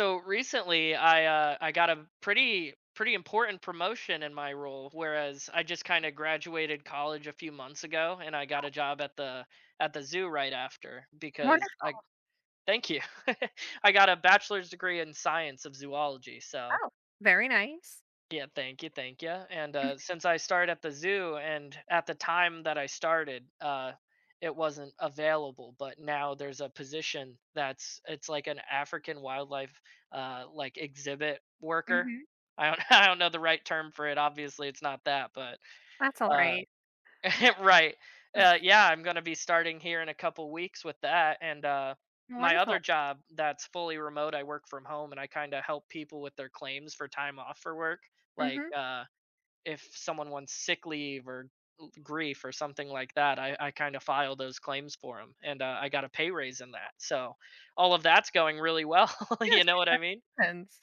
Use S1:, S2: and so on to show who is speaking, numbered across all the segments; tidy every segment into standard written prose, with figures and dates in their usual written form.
S1: So recently, I got a pretty important promotion in my role. Whereas I just kind of graduated college a few months ago, and I got a job at the zoo right after because
S2: Wonderful.
S1: I. Thank you. I got a bachelor's degree in science of zoology, so
S2: Oh, very nice.
S1: yeah, thank you, thank you. And since I started at the zoo, and at the time that I started, it wasn't available. But now there's a position that's it's like an African wildlife, like, exhibit worker.
S2: Mhm.
S1: I don't. I don't know the right term for it. Obviously, it's not that, but.
S2: That's all
S1: Uh,
S2: right.
S1: Right. Yeah, I'm gonna be starting here in a couple weeks with that, and my other
S2: Wonderful.
S1: job that's fully remote. I work from home, and I kind of help people with their claims for time off for work, like,
S2: Mhm.
S1: If someone wants sick leave or grief or something like that, I kind of file those claims for them, and I got a pay raise in that. So all of that's going really well. You
S2: Yes,
S1: know what I mean?
S2: cons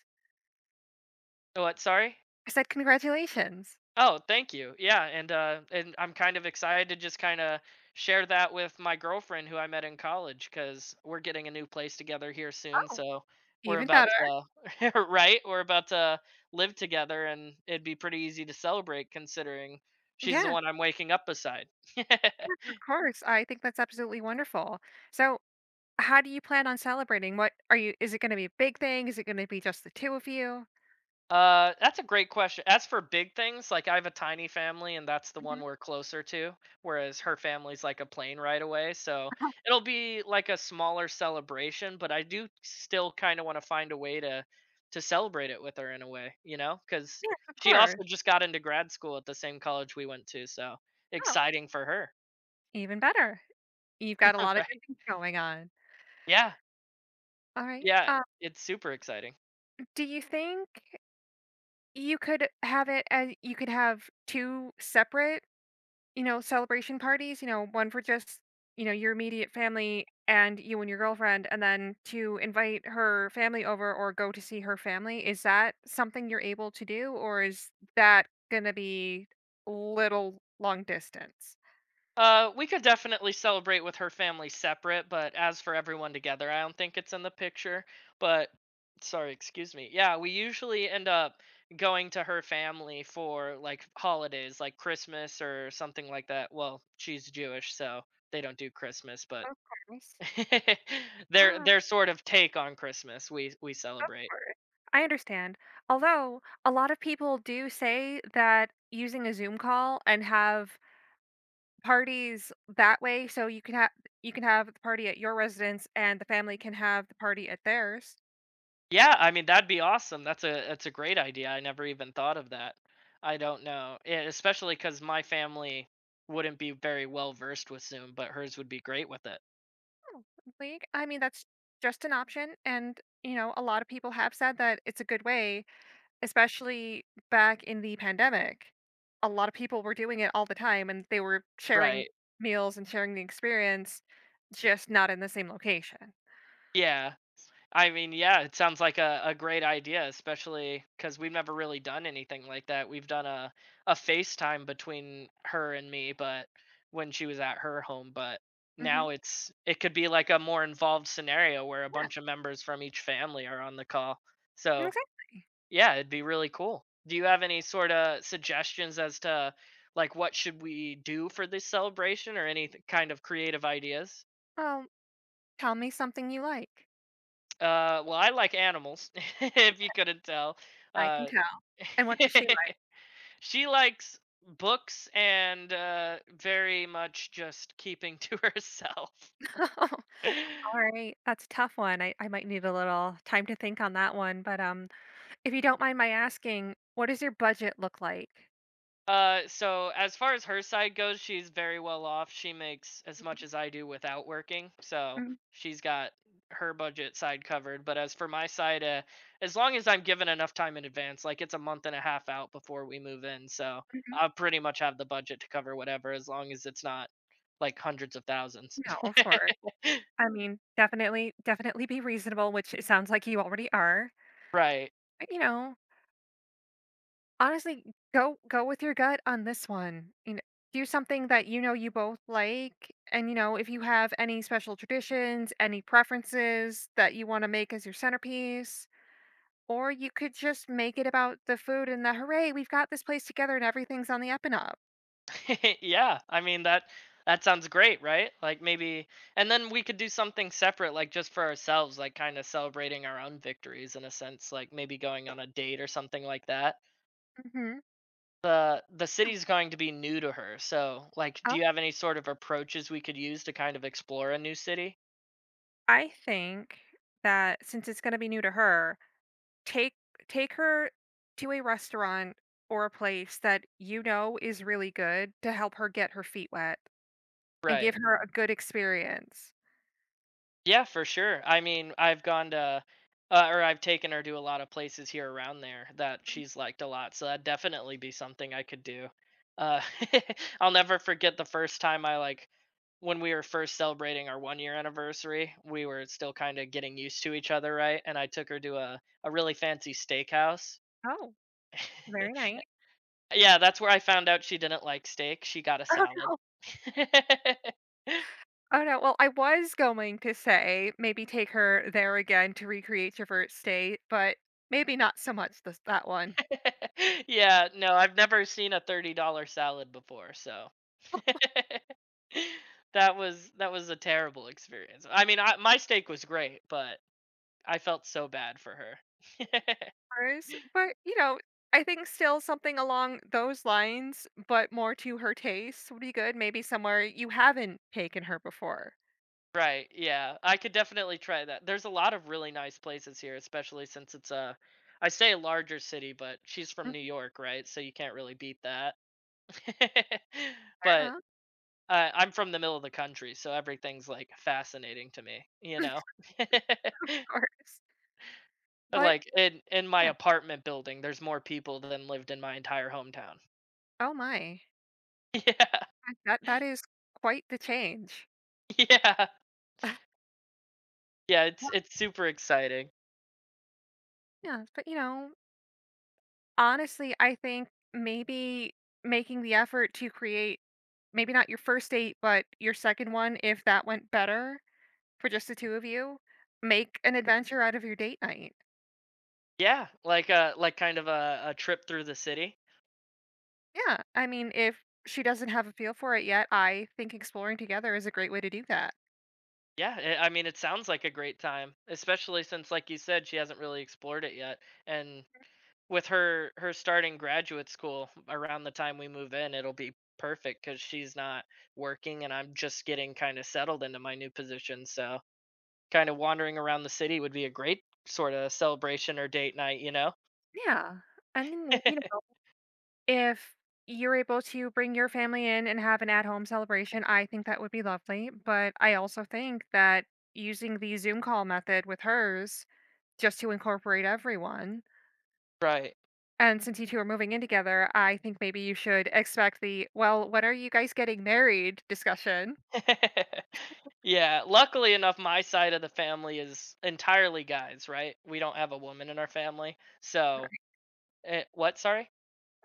S1: What? Sorry.
S2: I said congratulations.
S1: Oh, thank you. Yeah, and and I'm kind of excited to just kind of share that with my girlfriend who I met in college cuz we're getting a new place together here soon,
S2: Oh,
S1: so we're
S2: even
S1: about
S2: better.
S1: to. Right, we're about to live together, and it'd be pretty easy to celebrate considering she's the
S2: Yeah.
S1: one I'm waking up beside.
S2: Yes, of course. I think that's absolutely wonderful. So, how do you plan on celebrating? What are you is it gonna be a big thing? Is it gonna be just the 2 of you?
S1: That's a great question. As for big things, like, I have a tiny family, and that's the one
S2: Mhm. Oh,
S1: we're closer to, whereas her family's like a plane right away. So it'll be like a smaller celebration, but I do still kind of want to find a way to celebrate it with her in a way, you know, because
S2: yes, of
S1: she
S2: course.
S1: also just got into grad school at the same college we went to. So
S2: Oh,
S1: exciting for her.
S2: even better. You've got a lot of good
S1: Right?
S2: things going on.
S1: Yeah,
S2: All right.
S1: yeah, it's super exciting.
S2: Do you think you could have it as you could have 2 separate, celebration parties? One for just, your immediate family and you and your girlfriend, and then to invite her family over or go to see her family. Is that something you're able to do, or is that going to be little long distance?
S1: We could definitely celebrate with her family separate, but as for everyone together, I don't think it's in the picture. But sorry, excuse me. Yeah, we usually end up going to her family for like holidays, like Christmas or something like that. Well, she's Jewish, so they don't do Christmas, but.
S2: Of course.
S1: Their
S2: Ah, of
S1: sort of take on Christmas, we celebrate.
S2: course. I understand. Although a lot of people do say that using a Zoom call and have parties that way, so you can have the party at your residence and the family can have the party at theirs.
S1: Yeah, I mean, that'd be awesome. That's a great idea. I never even thought of that. I don't know. Yeah, especially because my family wouldn't be very well versed with Zoom, but hers would be great with it.
S2: Oh, like, I mean that's just an option, and you know, a lot of people have said that it's a good way. Especially back in the pandemic, a lot of people were doing it all the time, and they were sharing
S1: Right.
S2: meals and sharing the experience, just not in the same location.
S1: Yeah. I mean, yeah, it sounds like a great idea, especially because we've never really done anything like that. We've done a FaceTime between her and me, but when she was at her home. But
S2: Mhm.
S1: now it could be like a more involved scenario where a bunch of members from each family are on the call. So.
S2: Exactly.
S1: Yeah, it'd be really cool. Do you have any sort of suggestions as to like what should we do for this celebration or kind of creative ideas?
S2: "Well, tell me something you like."
S1: Well, I like animals, if you couldn't tell.
S2: "I can
S1: Uh,
S2: tell." "And what does she like?"
S1: she likes books and, very much just keeping to herself.
S2: All right, that's a tough one. I might need a little time to think on that one, but if you don't mind my asking, what does your budget look like?
S1: So as far as her side goes, she's very well off. She makes as much
S2: Mhm,
S1: as I do without working, so
S2: mhm,
S1: she's got her budget side covered. But as for my side, as long as I'm given enough time in advance, like it's a month and a half out before we move in, so
S2: mhm.
S1: I pretty much have the budget to cover whatever, as long as it's not like hundreds of thousands.
S2: No, of course. I mean, definitely, definitely be reasonable, which it sounds like you already are.
S1: Right.
S2: But, you know, honestly, go with your gut on this one. You know, do something that you know you both like, and you know, if you have any special traditions, any preferences that you want to make as your centerpiece. Or you could just make it about the food and the hooray, we've got this place together and everything's on the up and up.
S1: Yeah, I mean, that sounds great, right? Like, maybe. And then we could do something separate, like just for ourselves, like kind of celebrating our own victories in a sense, like maybe going on a date or something like that.
S2: Mhm.
S1: The city's going to be new to her. So, like, do
S2: Oh,
S1: you have any sort of approaches we could use to kind of explore a new city?
S2: I think that since it's going to be new to her, take take her to a restaurant or a place that you know is really good to help her get her feet wet and
S1: Right.
S2: give her a good experience.
S1: Yeah, for sure. I mean, I've gone to, or I've taken her to a lot of places here around there that
S2: Mm.
S1: she's liked a lot. So that'd definitely be something I could do. Uh, I'll never forget the first time I, like, when we were first celebrating our 1-year anniversary. We were still kind of getting used to each other, right? And I took her to a really fancy steakhouse.
S2: Oh, very nice.
S1: Yeah, that's where I found out she didn't like steak. She got a
S2: Oh
S1: salad.
S2: no. Oh no. Well, I was going to say maybe take her there again to recreate your first date, but maybe not so much this that one.
S1: Yeah, no, I've never seen a $30 salad before, so that was a terrible experience. I mean, my steak was great, but I felt so bad for her.
S2: Course, but you know, I think still something along those lines, but more to her taste would be good. Maybe somewhere you haven't taken her before.
S1: Right, yeah. I could definitely try that. There's a lot of really nice places here, especially since it's a, I say a larger city, but she's from
S2: Mm.
S1: New York, right? So you can't really beat that.
S2: Fair
S1: But
S2: enough,
S1: I'm from the middle of the country, so everything's like fascinating to me, you
S2: of
S1: know?
S2: course. But
S1: Like, in my
S2: yeah,
S1: apartment building, there's more people than lived in my entire hometown.
S2: oh my,
S1: Yeah.
S2: that is quite the change.
S1: Yeah. Yeah, it's
S2: Yeah.
S1: it's super exciting.
S2: Yeah, but you know, honestly, I think maybe making the effort to create maybe not your first date, but your second one, if that went better, for just the two of you, make an adventure out of your date night.
S1: Yeah, like, kind of a trip through the city.
S2: Yeah, I mean, if she doesn't have a feel for it yet, I think exploring together is a great way to do that.
S1: Yeah, I mean it sounds like a great time, especially since like you said she hasn't really explored it yet, and with her starting graduate school around the time we move in, it'll be perfect cuz she's not working and I'm just getting kind of settled into my new position, so kinda wandering around the city would be a great sorta celebration or date night, you know?
S2: Yeah. And then, you know, if you're able to bring your family in and have an at home celebration, I think that would be lovely. But I also think that using the Zoom call method with hers just to incorporate everyone.
S1: Right.
S2: And since you two are moving in together, I think maybe you should expect the, well, when are you guys getting married discussion?
S1: Yeah, luckily enough, my side of the family is entirely guys, right? We don't have a woman in our family,
S2: All
S1: so.
S2: right.
S1: Eh, what, sorry?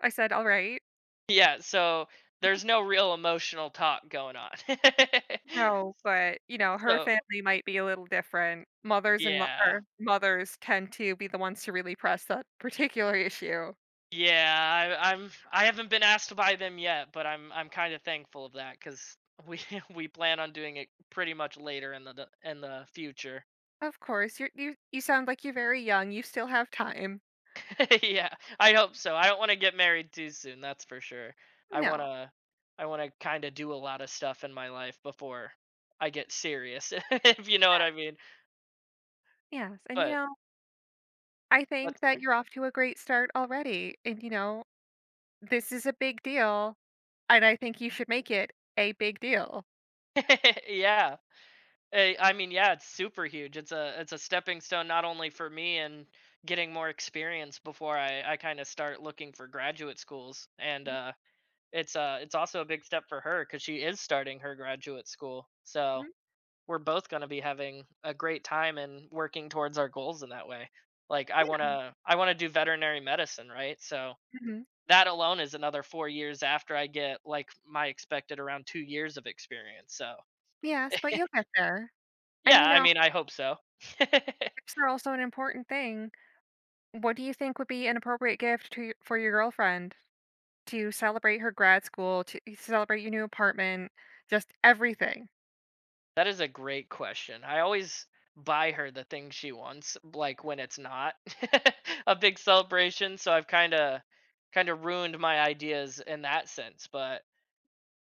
S2: I said, all right.
S1: Yeah, so there's no real emotional talk going on.
S2: No, but, you know, her
S1: So,
S2: family might be a little different. Mothers and mo
S1: yeah.
S2: or mothers tend to be the ones to really press that particular issue.
S1: Yeah, I, I'm. I haven't been asked to buy them yet, but I'm kind of thankful of that because we we plan on doing it pretty much later in the future.
S2: Of course, you're you sound like you're very young, you still have time.
S1: Yeah, I hope so. I don't want to get married too soon. That's for sure. I
S2: No,
S1: wanna. I wanna kind of do a lot of stuff in my life before I get serious, if you know what
S2: that
S1: I mean.
S2: yes, and, you
S1: But
S2: know, I think
S1: what's.
S2: that you're off to a great start already, and, you know, this is a big deal, and I think you should make it a big deal.
S1: Yeah. Eh, I mean, yeah, it's super huge. It's a stepping stone not only for me and getting more experience before I kind of start looking for graduate schools, and it's also a big step for her because she is starting her graduate school. So
S2: Mhm,
S1: we're both going to be having a great time and working towards our goals in that way. Like, I want to do veterinary medicine, right? So
S2: mhm.
S1: that alone is another 4 years after I get like my expected around 2 years of experience. So
S2: Yes, but you'll get there, and,
S1: yeah,
S2: you
S1: I
S2: know,
S1: mean, I hope so.
S2: tips are also an important thing. What do you think would be an appropriate gift to for your girlfriend to celebrate her grad school, to celebrate your new apartment, just everything?
S1: That is a great question. I always buy her the thing she wants, like when it's not a big celebration. So I've kind of ruined my ideas in that sense. But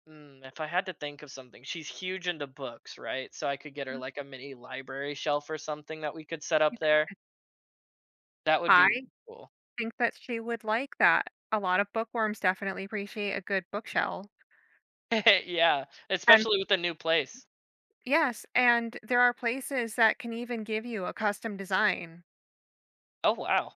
S1: if I had to think of something, she's huge into books, right? So I could get her
S2: Mhm,
S1: like a mini library shelf or something that we could set
S2: you
S1: up there.
S2: c
S1: That would be really
S2: I
S1: cool.
S2: think that she would like that. A lot of bookworms definitely appreciate a good bookshelf,
S1: Yeah,
S2: and
S1: especially with the new place.
S2: yes, and there are places that can even give you a custom design.
S1: Oh wow.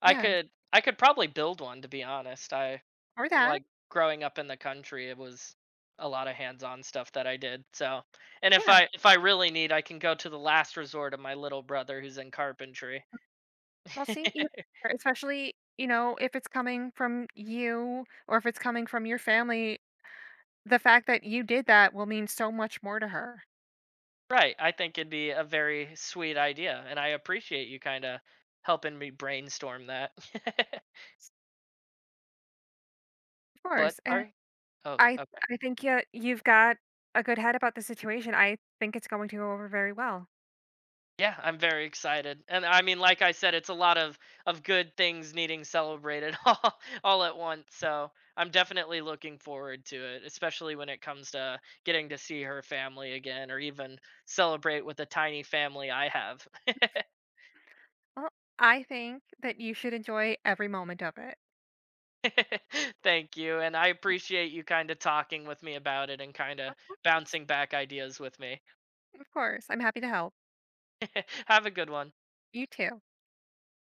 S2: Yes,
S1: I could probably build one, to be honest. I
S2: or that.
S1: like growing up in the country, it was a lot of hands-on stuff that I did. So, and
S2: Yeah.
S1: if I really need, I can go to the last resort of my little brother who's in carpentry.
S2: Well, see, you especially, you know, if it's coming from you or if it's coming from your family, the fact that you did that will mean so much more to her.
S1: Right. I think it'd be a very sweet idea, and I appreciate you kind of helping me brainstorm that. What?
S2: Course, and
S1: Sorry. Oh,
S2: I
S1: okay.
S2: I think yeah, you've got a good head about the situation. I think it's going to go over very well.
S1: Yeah, I'm very excited. And I mean, like I said, it's a lot of good things needing celebrated all at once. So, I'm definitely looking forward to it, especially when it comes to getting to see her family again or even celebrate with the tiny family I have.
S2: Well, I think that you should enjoy every moment of it.
S1: Thank you, and I appreciate you kind of talking with me about it and kind of
S2: Of course.
S1: bouncing back ideas with me.
S2: Of course. I'm happy to help.
S1: Have a good one.
S2: You too.